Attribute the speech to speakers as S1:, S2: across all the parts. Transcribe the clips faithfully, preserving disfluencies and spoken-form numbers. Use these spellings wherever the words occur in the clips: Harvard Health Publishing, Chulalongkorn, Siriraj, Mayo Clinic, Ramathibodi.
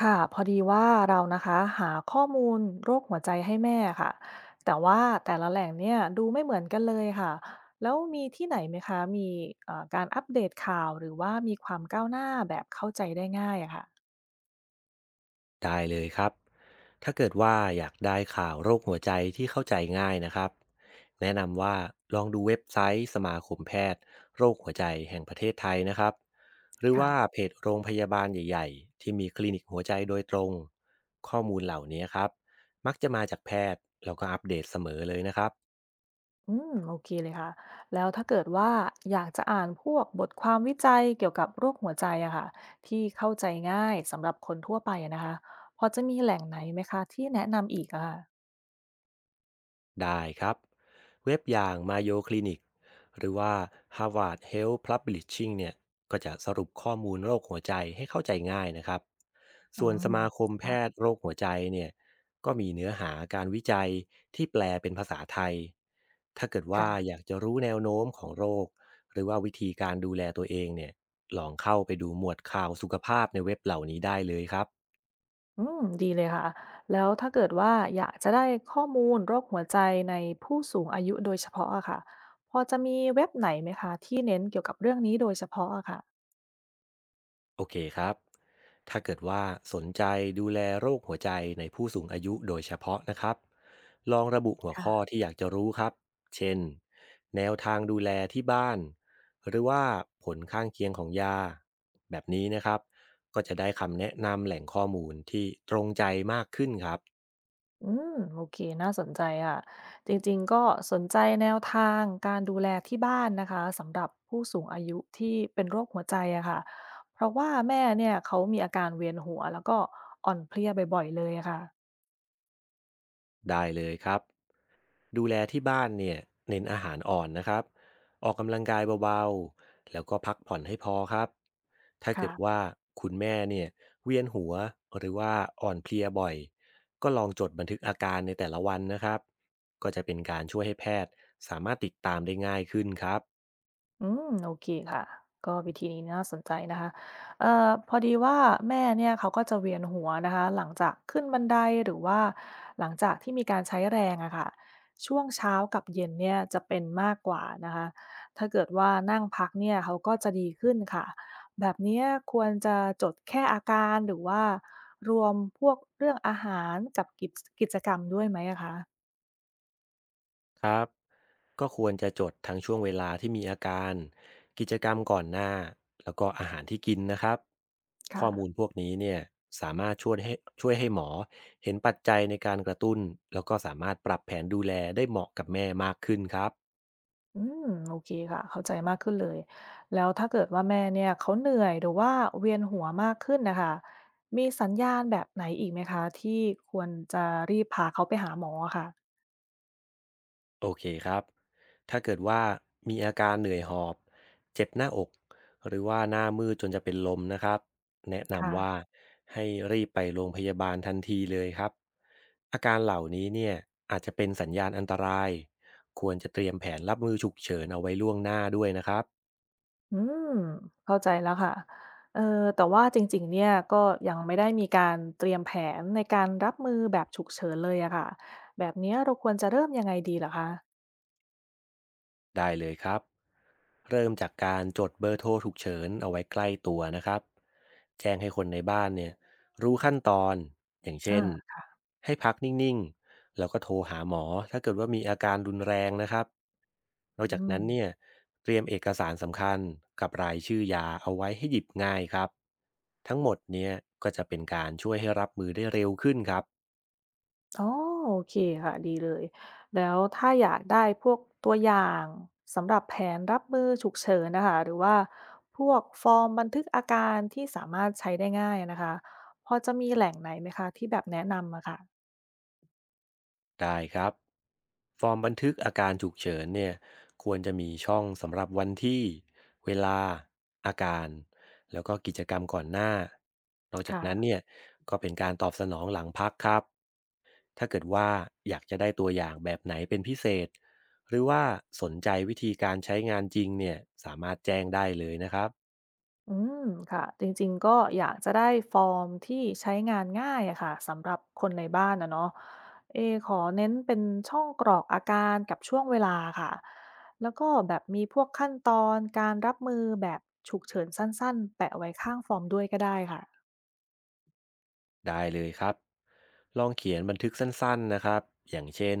S1: ค่ะพอดีว่าเรานะคะหาข้อมูลโรคหัวใจให้แม่ค่ะแต่ว่าแต่ละแหล่งเนี่ยดูไม่เหมือนกันเลยค่ะแล้วมีที่ไหนไหมคะมีเอ่อการอัปเดตข่าวหรือว่ามีความก้าวหน้าแบบเข้าใจได้ง่ายอะค่ะ
S2: ได้เลยครับ ถ้าเกิดว่าอยากได้ข่าวโรคหัวใจที่เข้าใจง่ายนะครับ แนะนำว่าลองดูเว็บไซต์สมาคมแพทย์โรคหัวใจแห่งประเทศไทยนะครับหรือ
S1: ค่ะ
S2: ว่าเพจโรงพยาบาลใหญ่ๆที่มีคลินิกหัวใจโดยตรงข้อมูลเหล่านี้ครับมักจะมาจากแพทย์แล้วก็อัปเดตเสมอเลยนะครับ
S1: อืมโอเคเลยค่ะแล้วถ้าเกิดว่าอยากจะอ่านพวกบทความวิจัยเกี่ยวกับโรคหัวใจอะค่ะที่เข้าใจง่ายสำหรับคนทั่วไปอะนะคะพอจะมีแหล่งไหนไหมคะที่แนะนำอีกอะค่ะ
S2: ได้ครับเว็บอย่าง Mayo Clinic หรือว่า Harvard Health Publishing เนี่ยก็จะสรุปข้อมูลโรคหัวใจให้เข้าใจง่ายนะครับ
S1: อื
S2: ส่วน
S1: ม
S2: สมาคมแพ
S1: ค่ะ
S2: ทย์โรคหัวใจเนี่ยก็มีเนื้อหาการวิจัยที่แปลเป็นภาษาไทยถ้าเกิดว่า
S1: ค่ะ
S2: อยากจะรู้แนวโน้มของโรคหรือว่าวิธีการดูแลตัวเองเนี่ยลองเข้าไปดูหมวดข่าวสุขภาพในเว็บเหล่านี้ได้เลยครับ
S1: อืมดีเลยค่ะแล้วถ้าเกิดว่าอยากจะได้ข้อมูลโรคหัวใจในผู้สูงอายุโดยเฉพาะอะค่ะพอจะมีเว็บไหนไหมคะที่เน้นเกี่ยวกับเรื่องนี้โดยเฉพาะอะค่ะ
S2: โอเคครับ ถ้าเกิดว่าสนใจดูแลโรคหัวใจในผู้สูงอายุโดยเฉพาะนะครับ ลองระบุหัวข้อ
S1: ค่ะ
S2: ที่อยากจะรู้ครับ เช่น แนวทางดูแลที่บ้าน หรือว่าผลข้างเคียงของยา แบบนี้นะครับ ก็จะได้คำแนะนำแหล่งข้อมูลที่ตรงใจมากขึ้นครับ
S1: อืมโอเคน่าสนใจค่ะจริงๆก็สนใจแนวทางการดูแลที่บ้านนะคะสำหรับผู้สูงอายุที่เป็นโรคหัวใจอะค่ะเพราะว่าแม่เนี่ยเขามีอาการเวียนหัวแล้วก็อ่อนเพลียบ่อยๆเลยอะค่ะ
S2: ได้เลยครับ ดูแลที่บ้านเนี่ยเน้นอาหารอ่อนนะครับออกกำลังกายเบาๆแล้วก็พักผ่อนให้พอครับถ้าเกิดว่า
S1: ค่ะ
S2: คุณแม่เนี่ยเวียนหัวหรือว่าอ่อนเพลียบ่อยก็ลองจดบันทึกอาการในแต่ละวันนะครับก็จะเป็นการช่วยให้แพทย์สามารถติดตามได้ง่ายขึ้นครับ
S1: อืมโอเคค่ะก็วิธีนี้น่าสนใจนะคะเอ่อพอดีว่าแม่เนี่ยเขาก็จะเวียนหัวนะคะหลังจากขึ้นบันไดหรือว่าหลังจากที่มีการใช้แรงอะค่ะช่วงเช้ากับเย็นเนี่ยจะเป็นมากกว่านะคะถ้าเกิดว่านั่งพักเนี่ยเขาก็จะดีขึ้นค่ะแบบเนี้ยควรจะจดแค่อาการหรือว่ารวมพวกเรื่องอาหารกับกิจกิจกรรมด้วยไหมอะคะ
S2: ครับ ก็ควรจะจดทั้งช่วงเวลาที่มีอาการกิจกรรมก่อนหน้าแล้วก็อาหารที่กินนะครับข้
S1: ค่ะ
S2: อมูลพวกนี้เนี่ยสามารถช่วยให้ช่วยให้หมอเห็นปัจจัยในการกระตุ้นแล้วก็สามารถปรับแผนดูแลได้เหมาะกับแม่มากขึ้นครับ
S1: อืมโอเคค่ะเข้าใจมากขึ้นเลยแล้วถ้าเกิดว่าแม่เนี่ยเขาเหนื่อยหรือว่าเวียนหัวมากขึ้นนะคะมีสัญญาณแบบไหนอีกไหมคะที่ควรจะรีบพาเขาไปหาหมออะค่ะ
S2: โอเคครับ ถ้าเกิดว่ามีอาการเหนื่อยหอบ เจ็บหน้าอกหรือว่าหน้ามืดจนจะเป็นลมนะครับ แนะนำว่า
S1: ค่ะ
S2: ให้รีบไปโรงพยาบาลทันทีเลยครับ อาการเหล่านี้เนี่ยอาจจะเป็นสัญญาณอันตราย ควรจะเตรียมแผนรับมือฉุกเฉินเอาไว้ล่วงหน้าด้วยนะครับ
S1: อืมเข้าใจแล้วค่ะเออแต่ว่าจริงๆเนี่ยก็ยังไม่ได้มีการเตรียมแผนในการรับมือแบบฉุกเฉินเลยอะค่ะแบบเนี้ยเราควรจะเริ่มยังไงดีเหรอคะ
S2: ได้เลยครับเริ่มจากการจดเบอร์โทรฉุกเฉินเอาไว้ใกล้ตัวนะครับแจ้งให้คนในบ้านเนี่ยรู้ขั้นตอนอย่างเช่
S1: อา
S2: นให้พักนิ่งๆแล้วก็โทรหาหมอถ้าเกิดว่ามีอาการรุนแรงนะครับนอก
S1: อื
S2: จาก
S1: ม
S2: นั้นเนี่ยเตรียมเอกสารสำคัญกับรายชื่อยาเอาไว้ให้หยิบง่ายครับทั้งหมดเนี่ยก็จะเป็นการช่วยให้รับมือได้เร็วขึ้นครับ
S1: อ๋อโอเคค่ะดีเลยแล้วถ้าอยากได้พวกตัวอย่างสำหรับแผนรับมือฉุกเฉินนะคะหรือว่าพวกฟอร์มบันทึกอาการที่สามารถใช้ได้ง่ายนะคะพอจะมีแหล่งไหนไหมคะที่แบบแนะนำอะค่ะ
S2: ได้ครับฟอร์มบันทึกอาการฉุกเฉินเนี่ยควรจะมีช่องสำหรับวันที่เวลาอาการแล้วก็กิจกรรมก่อนหน้านอกจากนั้นเนี่
S1: ค่ะ
S2: ยก็เป็นการตอบสนองหลังพักครับถ้าเกิดว่าอยากจะได้ตัวอย่างแบบไหนเป็นพิเศษหรือว่าสนใจวิธีการใช้งานจริงเนี่ยสามารถแจ้งได้เลยนะครับ
S1: อืมค่ะจริงๆก็อยากจะได้ฟอร์มที่ใช้งานง่ายอะค่ะสำหรับคนในบ้านนะเนาะเอขอเน้นเป็นช่องกรอกอาการกับช่วงเวลาค่ะแล้วก็แบบมีพวกขั้นตอนการรับมือแบบฉุกเฉินสั้นๆแปะไว้ข้างฟอร์มด้วยก็ได้ค่ะ
S2: ได้เลยครับลองเขียนบันทึกสั้นๆนะครับอย่างเช่น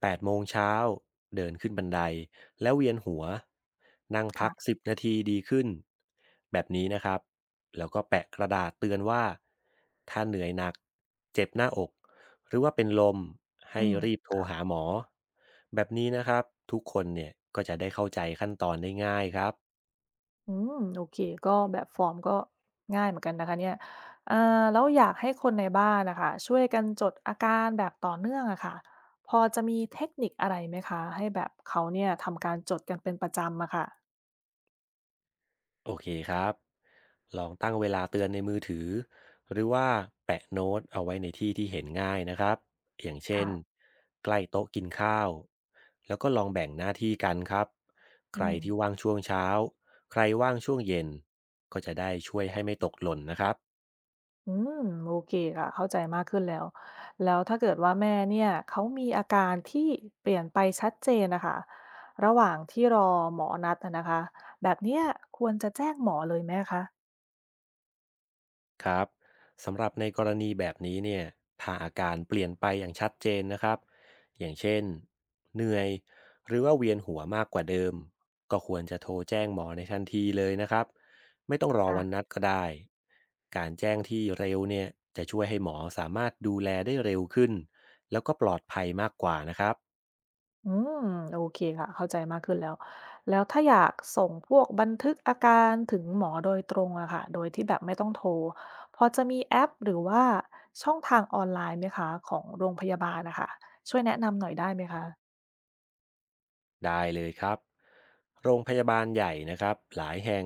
S2: แปดโมงเช้าเดินขึ้นบันไดแล้วเวียนหัวนั่งพัก
S1: ค่ะ
S2: สิบนาทีดีขึ้นแบบนี้นะครับแล้วก็แปะกระดาษเตือนว่าถ้าเหนื่อยหนักเจ็บหน้าอกหรือว่าเป็นลมให้
S1: อืม
S2: รีบโทรหาหมอแบบนี้นะครับทุกคนเนี่ยก็จะได้เข้าใจขั้นตอนได้ง่ายครับ
S1: อืมโอเคก็แบบฟอร์มก็ง่ายเหมือนกันนะคะเนี่ยเอ่อแล้วอยากให้คนในบ้านนะคะช่วยกันจดอาการแบบต่อเนื่องอะค่ะพอจะมีเทคนิคอะไรไหมคะให้แบบเขาเนี่ยทำการจดกันเป็นประจำอะค่ะ
S2: โอเคครับ ลองตั้งเวลาเตือนในมือถือ หรือว่าแปะโน้ตเอาไว้ในที่ที่เห็นง่ายนะครับ อย่างเช่น
S1: ค่ะ
S2: ใกล้โต๊ะกินข้าว แล้วก็ลองแบ่งหน้าที่กันครับใค
S1: อื
S2: ร
S1: ม
S2: ที่ว่างช่วงเช้า ใครว่างช่วงเย็น ก็จะได้ช่วยให้ไม่ตกหล่นนะครับ
S1: อืมโอเคค่ะเข้าใจมากขึ้นแล้วแล้วถ้าเกิดว่าแม่เนี่ยเขามีอาการที่เปลี่ยนไปชัดเจนนะคะระหว่างที่รอหมอนัดอะนะคะแบบเนี้ยควรจะแจ้งหมอเลยไหมคะ
S2: ครับสำหรับในกรณีแบบนี้เนี่ยถ้าอาการเปลี่ยนไปอย่างชัดเจนนะครับอย่างเช่นเหนื่อยหรือว่าเวียนหัวมากกว่าเดิมก็ควรจะโทรแจ้งหมอในทันทีเลยนะครับไม่ต้องรอวัน
S1: ค่ะ
S2: นัดก็ได้การแจ้งที่เร็วเนี่ยจะช่วยให้หมอสามารถดูแลได้เร็วขึ้นแล้วก็ปลอดภัยมากกว่านะครับ
S1: อืมโอเคค่ะเข้าใจมากขึ้นแล้วแล้วถ้าอยากส่งพวกบันทึกอาการถึงหมอโดยตรงอะค่ะโดยที่แบบไม่ต้องโทรพอจะมีแอปหรือว่าช่องทางออนไลน์ไหมคะของโรงพยาบาลนะคะช่วยแนะนำหน่อยได้ไหมคะ
S2: ได้เลยครับโรงพยาบาลใหญ่นะครับหลายแห่ง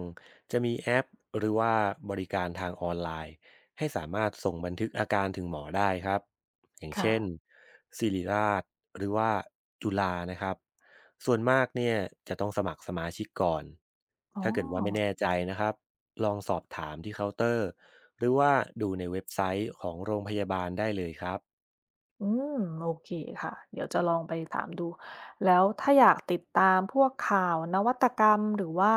S2: จะมีแอปหรือว่าบริการทางออนไลน์ให้สามารถส่งบันทึกอาการถึงหมอได้ครับอย่างเช่น
S1: ค่ะ
S2: ศิริราชหรือว่าจุฬานะครับส่วนมากเนี่ยจะต้องสมัครสมาชิกก่อน
S1: อ๋อ
S2: ถ้าเกิดว่าไม่แน่ใจนะครับลองสอบถามที่เคาน์เตอร์หรือว่าดูในเว็บไซต์ของโรงพยาบาลได้เลยครับ
S1: อืมโอเคค่ะเดี๋ยวจะลองไปถามดูแล้วถ้าอยากติดตามพวกข่าวนวัตกรรมหรือว่า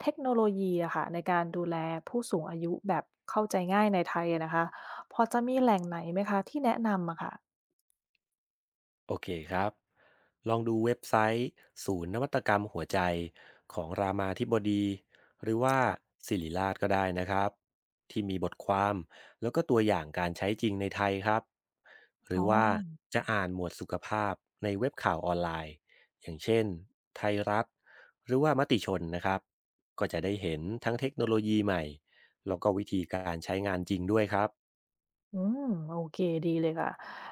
S1: เทคโนโลยีอะค่ะในการดูแลผู้สูงอายุแบบเข้าใจง่ายในไทยอะนะคะพอจะมีแหล่งไหนไหมคะที่แนะนำอะค่ะ
S2: โอเคครับ ลองดูเว็บไซต์ศูนย์นวัตกรรมหัวใจของรามาธิบดีหรือว่า
S1: ค่ะ
S2: ศิริราชก็ได้นะครับที่มีบทความแล้วก็ตัวอย่างการใช้จริงในไทยครับหรื
S1: อ๋
S2: อว่า
S1: อ
S2: จะอ่านหมวดสุขภาพในเว็บข่าวออนไลน์อย่างเช่นไทยรัฐหรือว่ามติชนนะครับก็จะได้เห็นทั้งเทคโนโลยีใหม่แล้วก็วิธีการใช้งานจริงด้วยครับ
S1: อืมโอเคดีเลยค่ะ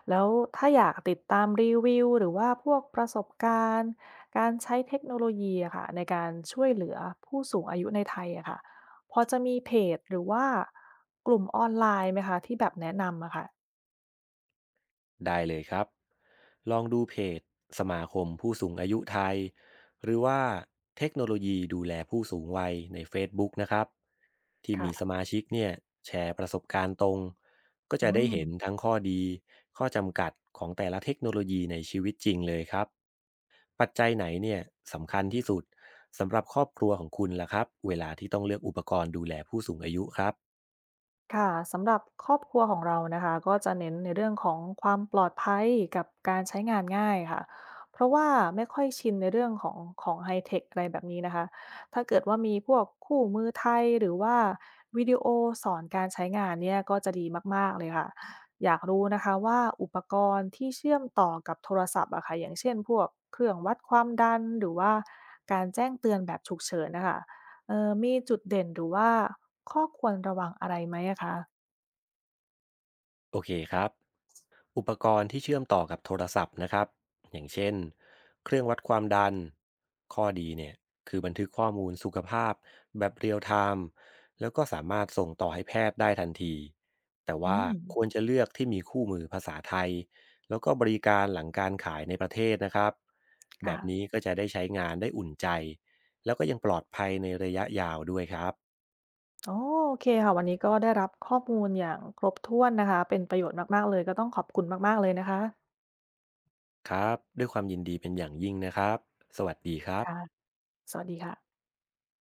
S1: แล้วถ้าอยากติดตามรีวิวหรือว่าพวกประสบการณ์การใช้เทคโนโลยีอะค่ะในการช่วยเหลือผู้สูงอายุในไทยอะค่ะพอจะมีเพจหรือว่ากลุ่มออนไลน์ไหมคะที่แบบแนะนำอะค่ะ
S2: ได้เลยครับลองดูเพจสมาคมผู้สูงอายุไทยหรือว่าเทคโนโลยีดูแลผู้สูงวัยใน Facebook นะครับ ที่มีส
S1: ค่ะ
S2: มาชิกเนี่ยแชร์ประสบการณ์ตรงก็
S1: อื
S2: จะได้
S1: ม
S2: เห็นทั้งข้อดี ข้อจำกัดของแต่ละเทคโนโลยีในชีวิตจริงเลยครับ ปัจจัยไหนเนี่ยสำคัญที่สุดสำหรับครอบครัวของคุณล่ะครับเวลาที่ต้องเลือกอุปกรณ์ดูแลผู้สูงอายุครับ
S1: ค่ะสำหรับครอบครัวของเรานะคะก็จะเน้นในเรื่องของความปลอดภัยกับการใช้งานง่ายค่ะเพราะว่าไม่ค่อยชินในเรื่องของของไฮเทคอะไรแบบนี้นะคะถ้าเกิดว่ามีพวกคู่มือไทยหรือว่าวิดีโอสอนการใช้งานเนี่ยก็จะดีมากๆเลยค่ะอยากรู้นะคะว่าอุปกรณ์ที่เชื่อมต่อกับโทรศัพท์อะค่ะอย่างเช่นพวกเครื่องวัดความดันหรือว่าการแจ้งเตือนแบบฉุกเฉินนะคะ เอ่อมีจุดเด่นหรือว่าข้อควรระวังอะไรไหมอะคะ
S2: โอเคครับ อุปกรณ์ที่เชื่อมต่อกับโทรศัพท์นะครับอย่างเช่นเครื่องวัดความดันข้อดีเนี่ยคือบันทึกข้อมูลสุขภาพแบบเรียลไทม์แล้วก็สามารถส่งต่อให้แพทย์ได้ทันทีแต่
S1: อื
S2: ว่า
S1: ม
S2: ควรจะเลือกที่มีคู่มือภาษาไทยแล้วก็บริการหลังการขายในประเทศนะครับแบ
S1: ค่ะ
S2: บนี้ก็จะได้ใช้งานได้อุ่นใจแล้วก็ยังปลอดภัยในระยะยาวด้วยครับ
S1: อ๋อโอเคค่ะวันนี้ก็ได้รับข้อมูลอย่างครบถ้วนนะคะ เป็นประโยชน์มากๆเลยก็ต้องขอบคุณมากๆเลยนะคะ
S2: ครับด้วยความยินดีเป็นอย่างยิ่งนะครับสวัสดีครับ
S1: ค่ะสวัสดีค่ะ